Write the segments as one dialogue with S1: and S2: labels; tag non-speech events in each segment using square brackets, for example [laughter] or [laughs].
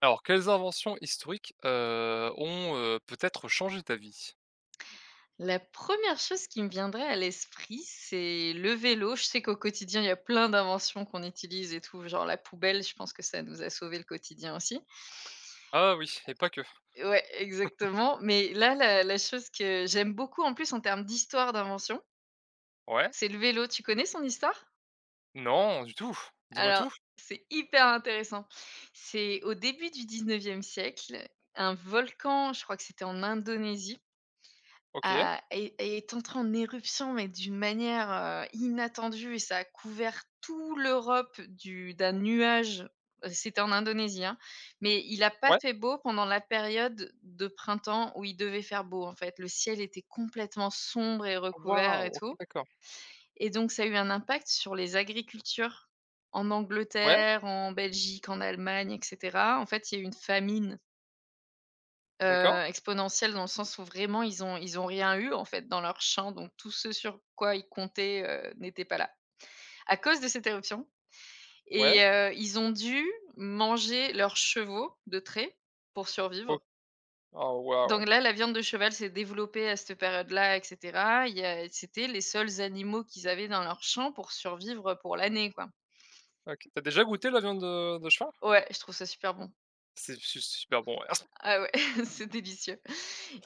S1: Alors, quelles inventions historiques, ont, peut-être changé ta vie?
S2: La première chose qui me viendrait à l'esprit, c'est le vélo. Je sais qu'au quotidien, il y a plein d'inventions qu'on utilise et tout, genre la poubelle, je pense que ça nous a sauvé le quotidien aussi.
S1: Ah oui et pas que.
S2: Ouais, exactement, mais là, la chose que j'aime beaucoup, en plus, en termes d'histoire d'invention,
S1: Ouais.
S2: c'est le vélo. Tu connais son histoire?
S1: Non, du tout. Dis-moi
S2: Alors,
S1: tout.
S2: c'est hyper intéressant. C'est au début du 19e siècle, un volcan, je crois que c'était en Indonésie,
S1: OK.
S2: a est est entré en éruption, mais d'une manière, inattendue et ça a couvert toute l'Europe du d'un nuage. C'était en Indonésie, hein, mais il a pas
S1: Ouais.
S2: fait beau pendant la période de printemps où il devait faire beau, en fait. Le ciel était complètement sombre et recouvert et
S1: Waouh! OK,
S2: tout
S1: d'accord.
S2: et donc ça a eu un impact sur les agricultures en
S1: Ouais,
S2: Angleterre, en Belgique, en Allemagne et cetera. En fait, il y a eu une famine.
S1: d'accord.
S2: Exponentielle dans le sens où vraiment ils ont rien eu en fait dans leur champ, donc tout ce sur quoi ils comptaient, n'était pas là, à cause de cette éruption
S1: Ouais.
S2: et ils ont dû manger leurs chevaux de trait pour survivre.
S1: Ok. Oh waouh!
S2: Donc là, la viande de cheval s'est développée à cette période-là et cetera. Il y a C'était les seuls animaux qu'ils avaient dans leur champ pour survivre, pour l'année, quoi.
S1: OK. Tu déjà goûté la viande, de cheval?
S2: Ouais, je trouve ça super bon.
S1: C'est su super bon, ouais.
S2: Ah ouais, [laughs] c'est délicieux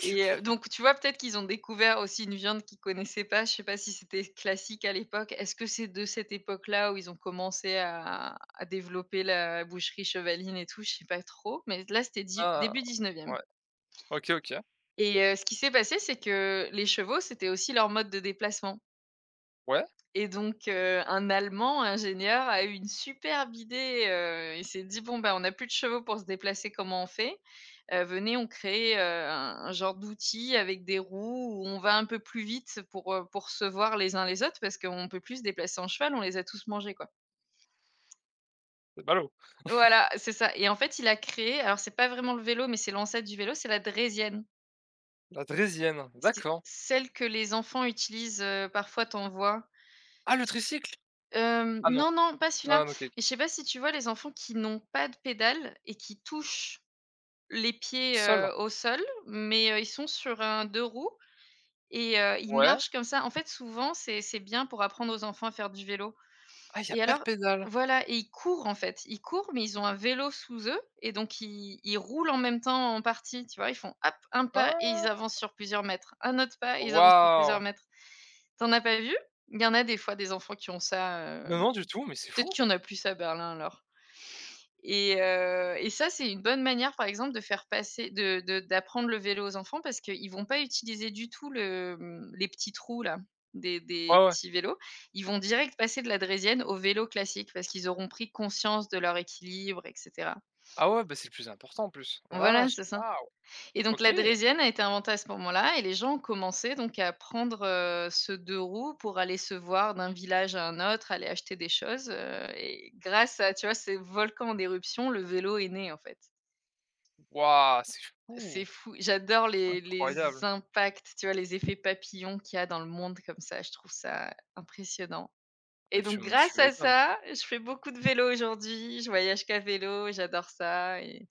S2: et donc tu vois, peut-être qu'ils ont découvert aussi une viande qu'ils connaissaient pas. Je sais pas si c'était classique à l'époque. Est-ce que c'est de cette époque-là où ils ont commencé à développer la boucherie Chevaline et tout? Je sais pas trop, mais là, c'était
S1: [laughs]
S2: dix
S1: Ah
S2: début 19e
S1: ouais. OK, OK.
S2: et ce qui s'est passé, c'est que les chevaux, c'était aussi leur mode de déplacement
S1: Ouais,
S2: et donc un Allemand ingénieur a eu une superbe idée, il s'est dit: «Bon, ben on a plus de chevaux pour se déplacer, comment on fait?» Venez, on crée, un genre d'outil avec des roues où on va un peu plus vite pour se voir les uns les autres parce qu'on peut plus se déplacer en cheval, on les a tous mangés, quoi.
S1: c'est ballot.
S2: Voilà, c'est ça et en fait, il a créé, alors c'est pas vraiment le vélo, mais c'est l'ancêtre du vélo, c'est la draisienne.
S1: La draisienne,
S2: C'est
S1: d'accord.
S2: celle que les enfants utilisent, parfois tu en vois?
S1: Ah le tricycle? Ah non.
S2: Non, non, pas celui-là.
S1: Ah OK, OK.
S2: Mais je sais pas si tu vois les enfants qui n'ont pas de pédale et qui touchent les pieds,
S1: Seul?
S2: au sol, mais, ils sont sur un 2 roues. Et ils
S1: Ouais.
S2: marchent comme ça. En fait, souvent, c'est bien pour apprendre aux enfants à faire du vélo.
S1: Ah il y a
S2: Et
S1: pas de
S2: alors
S1: pédale.
S2: voilà, et ils courent, en fait. Ils courent, mais ils ont un vélo sous eux et donc ils roulent en même temps en partie, tu vois? Ils font: «Hop, un pas» et ils
S1: Ah!
S2: avancent sur plusieurs mètres. Un autre pas et ils avancent sur
S1: Waouh!
S2: plusieurs mètres. T'en as pas vu? Il y en a des fois des enfants qui ont ça,
S1: Non, non, du tout, mais c'est
S2: peut-être
S1: fou.
S2: qu'il y en a plus à Berlin alors. Et ça, c'est une bonne manière, par exemple, de faire passer de d'apprendre le vélo aux enfants parce qu'ils vont pas utiliser du tout les petits trous là, des
S1: Ouais,
S2: des
S1: ouais.
S2: petits vélos. Ils vont direct passer de la draisienne au vélo classique parce qu'ils auront pris conscience de leur équilibre et cetera.
S1: Ah ouais, bah, c'est le plus important en plus. Oh la
S2: Voilà,
S1: vache!
S2: c'est ça,
S1: Waouh!
S2: et donc
S1: OK.
S2: la draisienne a été inventée à ce moment-là et les gens ont commencé donc à prendre, ce 2 roues pour aller se voir d'un village à un autre, aller acheter des choses, et grâce à, tu vois, ces volcans d'éruption, le vélo est né, en fait.
S1: Waouh, c'est fou!
S2: C'est fou. J'adore les
S1: Incroyable.
S2: impacts, tu vois, les effets papillons qu'il y a dans le monde comme ça, je trouve ça impressionnant.
S1: Bah,
S2: Et donc
S1: tu
S2: grâce à
S1: m'étonnes.
S2: ça, je fais beaucoup de vélo aujourd'hui, je voyage qu'à vélo, j'adore ça, et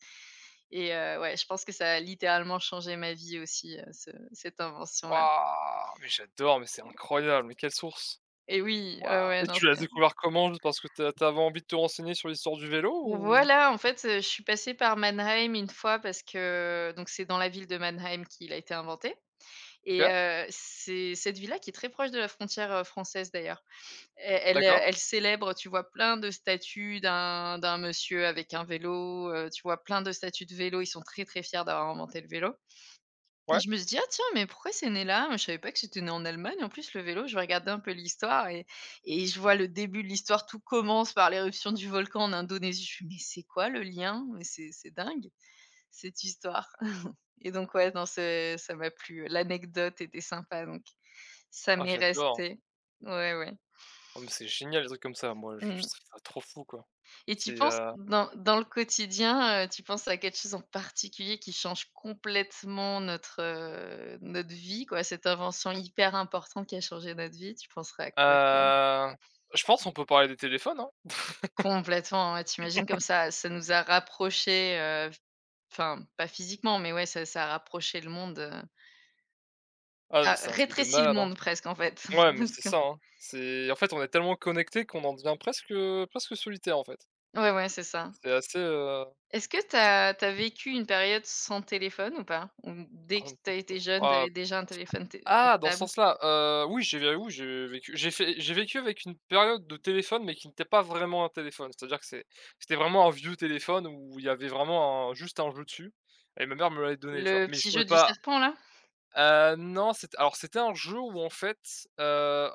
S2: et heu, ouais, je pense que ça a littéralement changé ma vie aussi, ce cette invention-là,
S1: Waouh! Mais j'adore, mais c'est incroyable, mais quelle source!
S2: et oui, ouais,
S1: Waouh!
S2: ouais,
S1: Et
S2: non,
S1: tu l'as
S2: c'est...
S1: découvert comment? Juste parce que tu t'avais envie de te renseigner sur l'histoire du vélo
S2: Bon,
S1: ou
S2: voilà, en fait, je suis passée par Mannheim une fois parce que donc c'est dans la ville de Mannheim qu'il a été inventé et
S1: OK,
S2: c'est cette ville-là qui est très proche de la frontière, française d'ailleurs. E elle, heu,
S1: d'accord,
S2: elle célèbre, tu vois, plein de statues d'un monsieur avec un vélo, tu vois, plein de statues de vélo. Ils sont très, très fiers d'avoir inventé le vélo et
S1: ouais.
S2: je me suis dit: «Ah tiens, mais pourquoi c'est né là? Moi, je savais pas que c'était né en Allemagne en plus le vélo». Je vais un peu l'histoire, et je vois le début de l'histoire. Tout commence par l'éruption du volcan en Indonésie. Je fais: «Mais c'est quoi le lien? Mais c'est dingue cette histoire» [laughs] et donc ouais, non, c'est ça m'a plu. L'anecdote était sympa donc ça
S1: Ah
S2: m'est
S1: j'adore.
S2: resté. Ouais, ouais.
S1: Oh mais c'est génial les trucs comme ça. Moi je
S2: Mmh.
S1: trouve ça trop fou quoi.
S2: Et tu
S1: C'est,
S2: penses dans le quotidien, tu penses à quelque chose en particulier qui change complètement notre vie quoi? Cette invention hyper importante qui a changé notre vie, tu penserais à quoi toi?
S1: heu, je pense on peut parler des téléphones, hein?
S2: Complètement, ouais, t'imagines comme ça nous a rapprochés, enfin pas physiquement, mais ouais, ça a rapproché le monde,
S1: Ah,
S2: ça a
S1: c'est un truc de
S2: rétréci le
S1: malade, hein.
S2: monde presque en fait.
S1: Ouais,
S2: [laughs]
S1: mais c'est
S2: Presque.
S1: ça, hein. C'est en fait, on est tellement connecté qu'on en devient presque, presque solitaire, en fait.
S2: Ouais, ouais, c'est ça.
S1: C'est assez,
S2: Est-ce que t'as as vécu une période sans téléphone ou pas? Ou dès
S1: ah
S2: que
S1: non,
S2: t'as été jeune,
S1: ah,
S2: t'avais déjà un téléphone té
S1: ah, dans ce
S2: portable?
S1: sens-là, oui, j'ai vé oui, j'ai vécu avec une période de téléphone, mais qui n'était pas vraiment un téléphone. C'est-à-dire que c'était vraiment un vieux téléphone où il y avait vraiment un juste un jeu dessus et ma mère me l'avait donné, tu vois?
S2: Le
S1: Mais je
S2: petit
S1: pouvais
S2: jeu du
S1: pas.
S2: serpent là?
S1: Non, c'était un jeu où en fait, heu,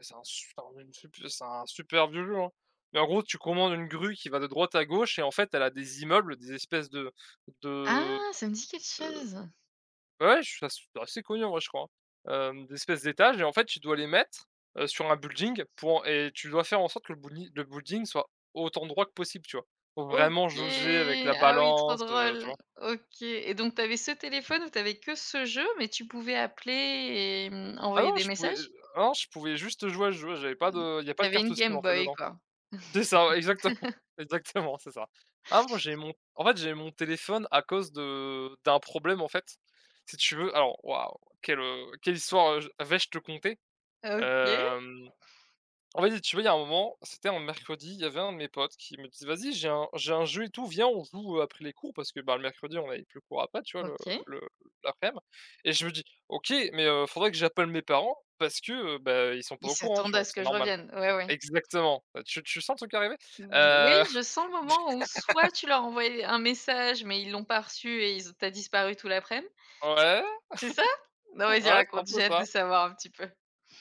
S1: c'est un su putain, c'est un super vieux jeu, hein, mais en gros, tu commandes une grue qui va de droite à gauche et en fait, elle a des immeubles, des espèces de
S2: Ah, ça me dit quelque
S1: de
S2: chose.
S1: ouais, je ça c'est assez connu en vrai, je crois, hein. D'espèces d'étages et en fait, tu dois les mettre, sur un building et tu dois faire en sorte que le building soit autant droit que possible, tu vois? Faut
S2: OK.
S1: vraiment jauger avec la
S2: Ah oui, trop
S1: balance, tu
S2: drôle.
S1: vois?
S2: OK, et donc tu avais ce téléphone où tu avais que ce jeu, mais tu pouvais appeler et
S1: Ah
S2: envoyer
S1: non,
S2: des
S1: je pouvais
S2: messages?
S1: ah non, je pouvais juste jouer à ce jeu, j'avais pas de il y a pas
S2: Tu
S1: de
S2: avais
S1: carte
S2: une
S1: SIM en
S2: Game
S1: fait
S2: Boy
S1: dedans.
S2: quoi.
S1: C'est ça, exactement, [laughs] exactement, c'est ça. Ah moi j'ai mon en fait, j'ai mon téléphone à cause de d'un problème, en fait, si tu veux alors waouh, quelle, quelle histoire, je vais-je te conter?
S2: OK,
S1: Hem, en fait, si tu veux, il y a un moment, c'était un mercredi, il y avait un de mes potes qui me dit: «Vas-y, j'ai un jeu et tout, viens, on joue, après les cours» parce que, bah, le mercredi, on n'avait plus cours après, tu vois,
S2: OK.
S1: le l'après-m et je me dis: «OK, mais faudrait que j'appelle mes parents parce que, bah, ils sont pas
S2: Ils
S1: au courant», tu
S2: s'attendaient à
S1: vois?
S2: ce
S1: C'est
S2: que je
S1: normal.
S2: revienne. Ouais, ouais.
S1: Exactement, bah, tu sens le truc arriver?
S2: Mmh, oui,
S1: Heu
S2: je sens le moment où soit tu leur envoyais un message, mais ils l'ont pas reçu et ils ont tu disparu tout laprès midi.
S1: Ouais,
S2: C'est ça? Non,
S1: ouais,
S2: vas-y
S1: c'est un
S2: raconte,
S1: peu
S2: j'ai hâte de
S1: ça.
S2: savoir un petit peu.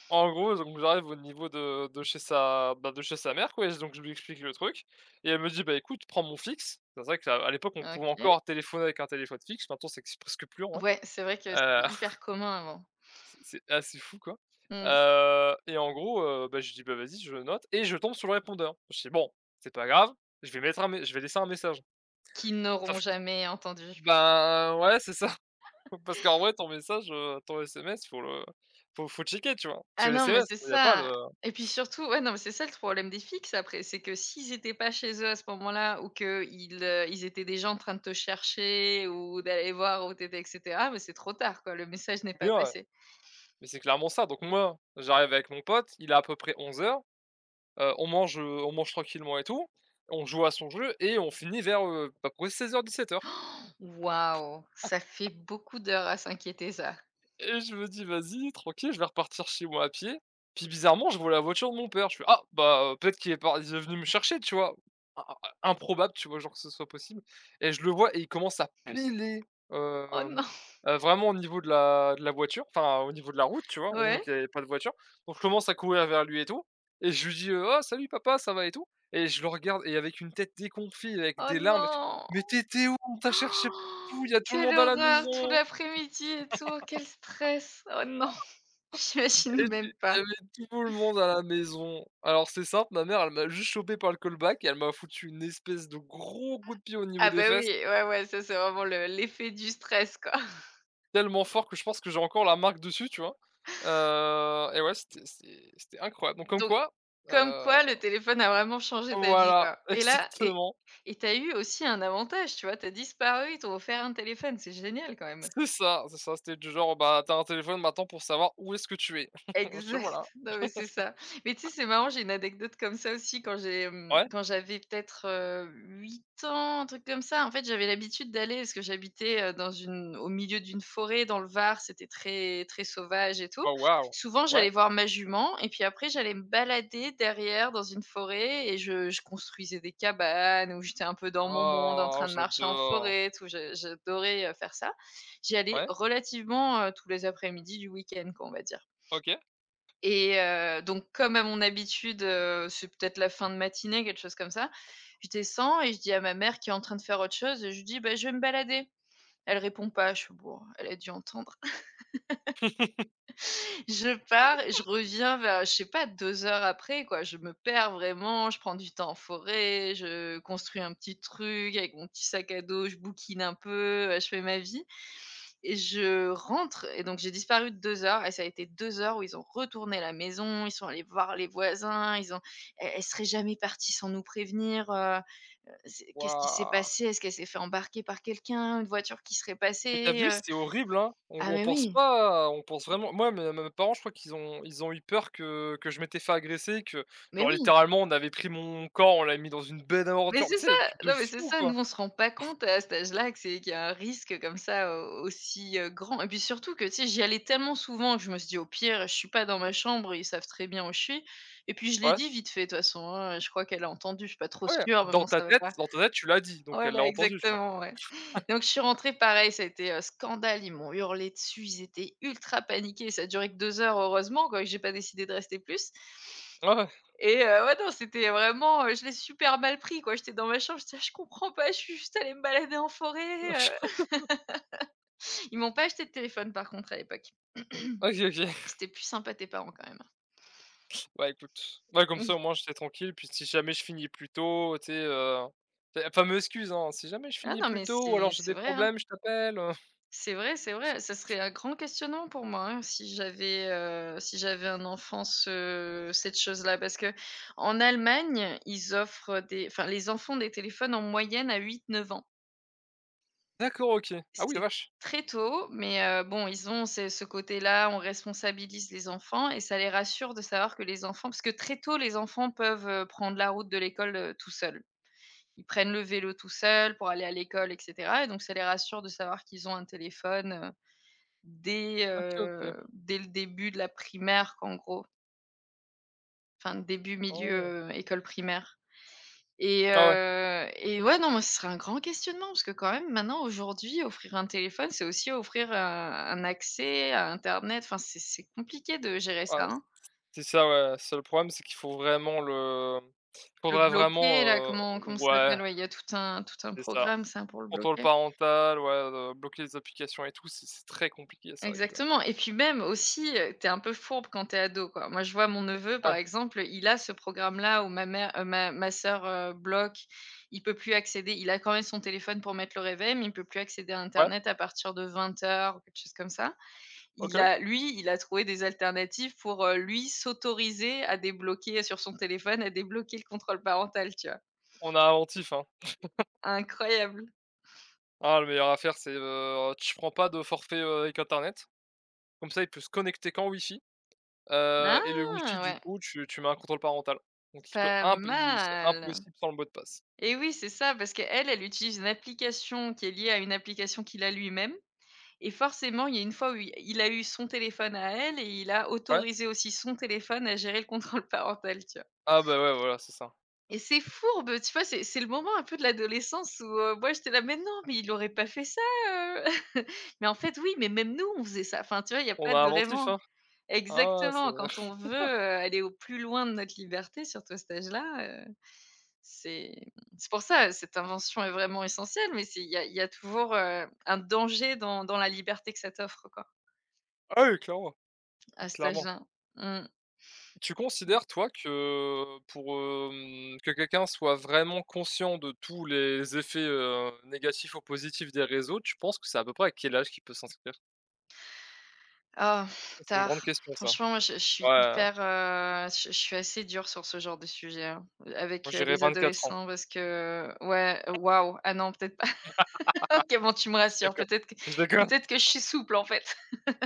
S1: En gros, donc j'arrive au niveau de chez de chez sa mère, quoi et donc je lui explique le truc et elle me dit: «Bah, écoute, prends mon fixe». C'est vrai qu'à à l'époque, on pouvait
S2: OK.
S1: encore téléphoner avec un téléphone fixe, maintenant c'est ex presque plus en vrai.
S2: Ouais, c'est vrai que c'était
S1: Heu,
S2: hyper
S1: [laughs]
S2: commun avant.
S1: c'est c'est assez fou, quoi.
S2: Mmh.
S1: Et en gros, bah, je dis: «Bah, vas-y», je note et je tombe sur le répondeur. Je dis: «Bon, c'est pas grave, je vais laisser un message».
S2: Qu'ils n'auront
S1: Sauf que-
S2: jamais entendu.
S1: ben, ouais, c'est ça. Parce qu'en vrai, ton message, ton SMS, faut checker, tu vois? Parce que
S2: Ah
S1: les
S2: non, mais
S1: SMS,
S2: c'est
S1: il y a pas de
S2: ça, et puis surtout ouais, non, mais c'est ça le problème des fixes après, c'est que s'ils étaient pas chez eux à ce moment-là, ou ils étaient déjà en train de te chercher ou d'aller voir où tu étais et cetera, mais c'est trop tard quoi, le message n'est
S1: mais
S2: pas
S1: ouais,
S2: passé.
S1: mais c'est clairement ça. Donc moi, j'arrive avec mon pote, il est à peu près 11:00, on mange tranquillement et tout, on joue à son jeu et on finit vers, à peu près 16:00-17:00.
S2: Waouh, ça fait beaucoup d'heures à s'inquiéter ça.
S1: Et je me dis: «Vas-y, tranquille, je vais repartir chez moi à pied». Puis bizarrement, je vois la voiture de mon père. Je fais: «Ah, bah, peut-être qu'il est venu me chercher», tu vois? I i improbable, tu vois, genre, que ce soit possible et je le vois et il commence à piler,
S2: Oh
S1: hem,
S2: non!
S1: vraiment au niveau de la voiture, enfin, au niveau de la route, tu vois? On voit qu'il
S2: Ouais?
S1: y avait pas de voiture. Donc je commence à courir vers lui et tout et je lui dis, «Oh, salut papa, ça va et tout?» et je le regarde et avec une tête déconfit, avec
S2: Oh
S1: des larmes, il fait:
S2: non!
S1: «Mais t'étais où? On
S2: [gasps]
S1: t'a cherché
S2: Oh,
S1: partout, il y a tout le
S2: quelle
S1: monde à la
S2: horreur! Tout
S1: maison».
S2: l'après-midi et tout, quel stress! Oh non! [laughs]
S1: Et
S2: J'imagine même
S1: tu il y
S2: pas.
S1: avait tout le monde à la maison. Alors c'est simple, ma mère, elle m'a juste chopé par le col et elle m'a foutu une espèce de gros coup de pied au niveau
S2: Ah
S1: des
S2: bah oui,
S1: fesses,
S2: ouais, ouais, ça, c'est vraiment le l'effet du stress, quoi. [laughs]
S1: tellement fort que je pense que j'ai encore la marque dessus, tu vois? Et ouais, c'était incroyable. Donc comme
S2: Donc
S1: quoi,
S2: comme
S1: heu
S2: quoi le téléphone a vraiment changé ta vie,
S1: voilà,
S2: quoi,
S1: [laughs]
S2: et là, et
S1: exactement,
S2: et t'as eu aussi un avantage, tu vois? T'as disparu, ils t'ont offert un téléphone, c'est génial quand même.
S1: c'est ça, c'était du genre, bah, t'as un téléphone maintenant pour savoir où est-ce que tu es. [laughs] Je
S2: Exact.
S1: voilà.
S2: [laughs] Non, mais c'est ça. Mais tu sais, c'est marrant, j'ai une anecdote comme ça aussi,
S1: Ouais.
S2: quand j'avais peut-être, 8 ans, un truc comme ça. En fait, j'avais l'habitude d'aller parce que j'habitais, dans une au milieu d'une forêt dans le Var, c'était très, très sauvage et tout.
S1: Oh waouh!
S2: Souvent,
S1: Ouais.
S2: j'allais voir ma jument et puis après, j'allais me balader derrière dans une forêt et je construisais des cabanes où j'étais un peu dans mon monde en
S1: Oh,
S2: train de marcher en
S1: j'adore.
S2: forêt et tout. Je j'adorais, faire ça. J'y allais
S1: Ouais,
S2: relativement, tous les après-midi du week-end, quoi, on va dire.
S1: OK.
S2: Donc comme à mon habitude, c'est peut-être la fin de matinée, quelque chose comme ça. Je descends et je dis à ma mère qui est en train de faire autre chose, je lui dis: «Bah, je vais me balader». Elle répond pas, je fais: «Bon, elle a dû entendre». [laughs] Je pars et je reviens vers, je sais pas, 2 heures après, quoi. Je me perds vraiment, je prends du temps en forêt, je construis un petit truc avec mon petit sac à dos, je bouquine un peu, je fais ma vie. Et je rentre et donc j'ai disparu 2 heures et ça a été 2 heures où ils ont retourné la maison, ils sont allés voir les voisins, ils ont... «Elle serait jamais partie sans nous prévenir, c'est qu'est-ce qui s'est
S1: Waouh!
S2: passé? Est-ce qu'elle s'est fait embarquer par quelqu'un? Une voiture qui serait
S1: Mais t'as
S2: passée,»
S1: vu, c'est horrible, hein. On
S2: Ah
S1: on
S2: mais
S1: pense
S2: oui,
S1: pas on pense vraiment moi, mes parents, je crois qu'ils ont ils ont eu peur que je m'étais fait agresser, que
S2: mais
S1: genre
S2: oui!
S1: littéralement, on avait pris mon corps, on l'avait mis dans une benne à
S2: Mais
S1: ordures.
S2: c'est
S1: Tu
S2: ça!
S1: sais, un truc de
S2: Non, mais c'est
S1: fou,
S2: ça,
S1: quoi.
S2: nous, on se rend pas compte à cet âge-là que c'est qu'il y a un risque comme ça, aussi, grand et puis surtout que, tu sais, j'y allais tellement souvent que je me suis dit : « Au pire, je suis pas dans ma chambre, ils savent très bien où je suis » et puis je l'ai
S1: Ouais,
S2: dit vite fait de toute façon, hein, je crois qu'elle a entendu, je suis pas trop
S1: ouais,
S2: sûre, maman, ça va pas.
S1: dans ta tête, tu l'as dit, donc elle l'a
S2: Voilà,
S1: entendu, tu vois?
S2: exactement, ouais. Donc je suis rentrée, pareil, ça a été, scandale, ils m'ont hurlé dessus, ils étaient ultra paniqués, ça a duré que 2 heures heureusement, quoi, que j'ai pas décidé de rester plus.
S1: Ouais, ouais.
S2: Et ouais, non, c'était vraiment, je l'ai super mal pris, quoi. J'étais dans ma chambre, je disais, « Je comprends pas, je suis juste allée me balader en forêt,» Ils m'ont pas acheté de téléphone par contre à l'époque.
S1: OK, OK. [laughs]
S2: C'était plus sympa tes parents quand même, hein.
S1: Bah, écoute, ouais, comme ça,
S2: Mmh.
S1: au moins, j'étais tranquille. Puis si jamais je finis plus tôt, tu sais, c'est la fameuse excuse, hein: «Si jamais je
S2: Ah
S1: finis
S2: non,
S1: plus
S2: mais
S1: tôt ou alors
S2: c'est
S1: j'ai
S2: c'est
S1: des
S2: vrai, hein.
S1: problèmes, je t'appelle,»
S2: C'est vrai, c'est vrai. Ça serait un grand questionnement pour moi, hein, si j'avais, si j'avais un enfant, cette chose-là. Parce que en Allemagne, ils offrent des enfin les enfants des téléphones en moyenne à huit, neuf ans.
S1: D'accord, OK. Ah oui, la
S2: C'est
S1: vache.
S2: très tôt, mais bon, ils ont ce côté-là, on responsabilise les enfants et ça les rassure de savoir que les enfants parce que très tôt, les enfants peuvent, prendre la route de l'école, tout seuls. Ils prennent le vélo tout seuls pour aller à l'école et cetera et donc ça les rassure de savoir qu'ils ont un téléphone,
S1: OK, OK.
S2: dès le début de la primaire, qu'en gros enfin début,
S1: Oh.
S2: milieu, école primaire. Et
S1: Ah ouais.
S2: heu et ouais, non, moi, ce serait un grand questionnement parce que quand même maintenant, aujourd'hui, offrir un téléphone, c'est aussi offrir, un accès à internet. Enfin, c'est compliqué de gérer
S1: Ouais.
S2: ça, hein?
S1: C'est ça, ouais, c'est le problème, c'est qu'il faut vraiment le
S2: Le
S1: faudrait
S2: bloquer
S1: vraiment,
S2: là, comment ça
S1: ouais,
S2: s'appelle? Ouais, il y a tout un
S1: c'est ça.
S2: programme, ça, pour le
S1: Contrôle
S2: bloquer.
S1: parental, ouais, bloquer les applications et tout, c'est très compliqué, c'est vrai que
S2: Exactement et puis même aussi, tu un peu fourbe quand t'es ado, quoi. Moi, je vois mon neveu, par
S1: ouais,
S2: exemple, il a ce programme-là où ma mère ma sœur, bloque. Il peut plus accéder il a quand même son téléphone pour mettre le réveil, mais il peut plus accéder à
S1: ouais,
S2: internet à partir de 20 h ou quelque chose comme ça. Il
S1: OK,
S2: a lui, il a trouvé des alternatives pour, lui, s'autoriser à débloquer sur son téléphone, à débloquer le contrôle parental, tu vois?
S1: on a inventif, hein.
S2: Incroyable.
S1: Ah, le meilleur à faire, c'est, tu prends pas de forfait, avec internet, comme ça il peut se connecter qu'en wifi, et le wifi
S2: Ah
S1: du
S2: ouais,
S1: coup, tu mets un contrôle parental. Donc
S2: pas
S1: il c'est
S2: mal!
S1: impossible sans le mot de passe.
S2: Et oui, c'est ça, parce qu'elle, elle utilise une application qui est liée à une application qu'il a lui-même et forcément, il y a une fois où i il a eu son téléphone à elle et il a
S1: Ouais?
S2: autorisé aussi son téléphone à gérer le contrôle [laughs] parental, tu vois?
S1: Ah bah, ouais, voilà, c'est ça.
S2: Et c'est fourbe, tu vois? C'est le moment un peu de l'adolescence où, moi, j'étais là : « Mais non, mais il aurait pas fait ça, heu!» [laughs] mais en fait, oui, mais même nous, on faisait ça. Enfin, tu vois, il n'y a
S1: On
S2: pas
S1: a
S2: de
S1: inventif,
S2: vraiment
S1: hein. Ah ouais, c'est
S2: exactement, quand
S1: [laughs]
S2: on veut, aller au plus loin de notre liberté, surtout à cet âge-là, c'est c'est pour ça, cette invention est vraiment essentielle, mais c'est il y a toujours, un danger dans la liberté que ça t'offre, quoi,
S1: ah oui, clairement,
S2: à cet
S1: clairement.
S2: âge-là. Mmh.
S1: Tu considères, toi, que pour, que quelqu'un soit vraiment conscient de tous les effets, négatifs ou positifs des réseaux, tu penses que c'est à peu près à quel âge qu'il peut s'inscrire?
S2: Ah,
S1: C'est une
S2: tard.
S1: grande question ça.
S2: Franchement, moi, je suis
S1: Ouais, moi
S2: hyper, je suis assez dure sur ce genre de sujet, hein, avec,
S1: je dirais
S2: les
S1: 24 ans.
S2: adolescents parce que ouais, waouh, ah non, peut-être pas. [laughs] OK, bon, tu me
S1: [laughs] Je
S2: rassures,
S1: déconne, je déconne.
S2: peut-être que je suis souple, en fait.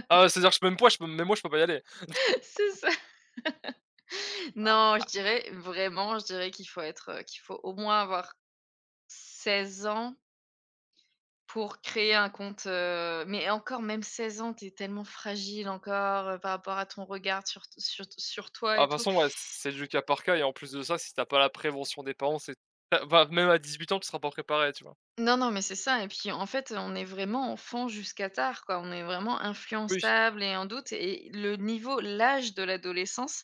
S1: Ah ouais, c'est-à-dire que je peux même moi je peux pas y aller.
S2: [laughs] C'est ça. Non, je dirais vraiment, je dirais qu'il faut être, qu'il faut au moins avoir 16 ans pour créer un compte, mais encore même 16 ans, t'es tellement fragile encore, par rapport à ton regard sur
S1: Ah
S2: toi
S1: de
S2: et
S1: toute
S2: tout.
S1: façon, ouais, c'est du cas par cas et en plus de ça, si t'as pas la prévention des parents, c'est enfin, même à 18 ans, tu seras pas préparé, tu vois?
S2: Non, non, mais c'est ça et puis, en fait, on est vraiment enfant jusqu'à tard, quoi. On est vraiment
S1: Oui,
S2: influençable et en doute et le niveau l'âge de l'adolescence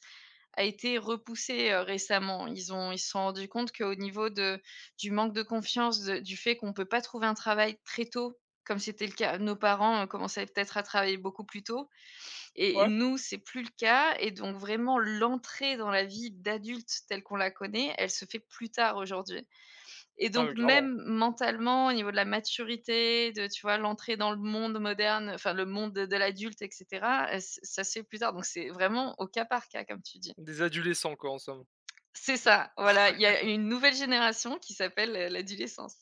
S2: a été repoussé, récemment. Ils se sont rendus compte qu'au niveau de du manque de confiance, de du fait qu'on peut pas trouver un travail très tôt, comme c'était le cas nos parents, commençaient peut-être à travailler beaucoup plus tôt. Et
S1: ouais,
S2: nous, c'est plus le cas et donc vraiment l'entrée dans la vie d'adulte telle qu'on la connaît, elle se fait plus tard aujourd'hui. Et
S1: ah
S2: donc
S1: mais clairement.
S2: même mentalement, au niveau de la maturité, de tu vois, l'entrée dans le monde moderne, enfin le monde de l'adulte et cetera, ç ça se fait plus tard. Donc c'est vraiment au cas par cas, comme tu dis.
S1: Des adolescents, quoi, en somme.
S2: C'est ça, voilà, il y a une nouvelle génération qui s'appelle, l'adolescence.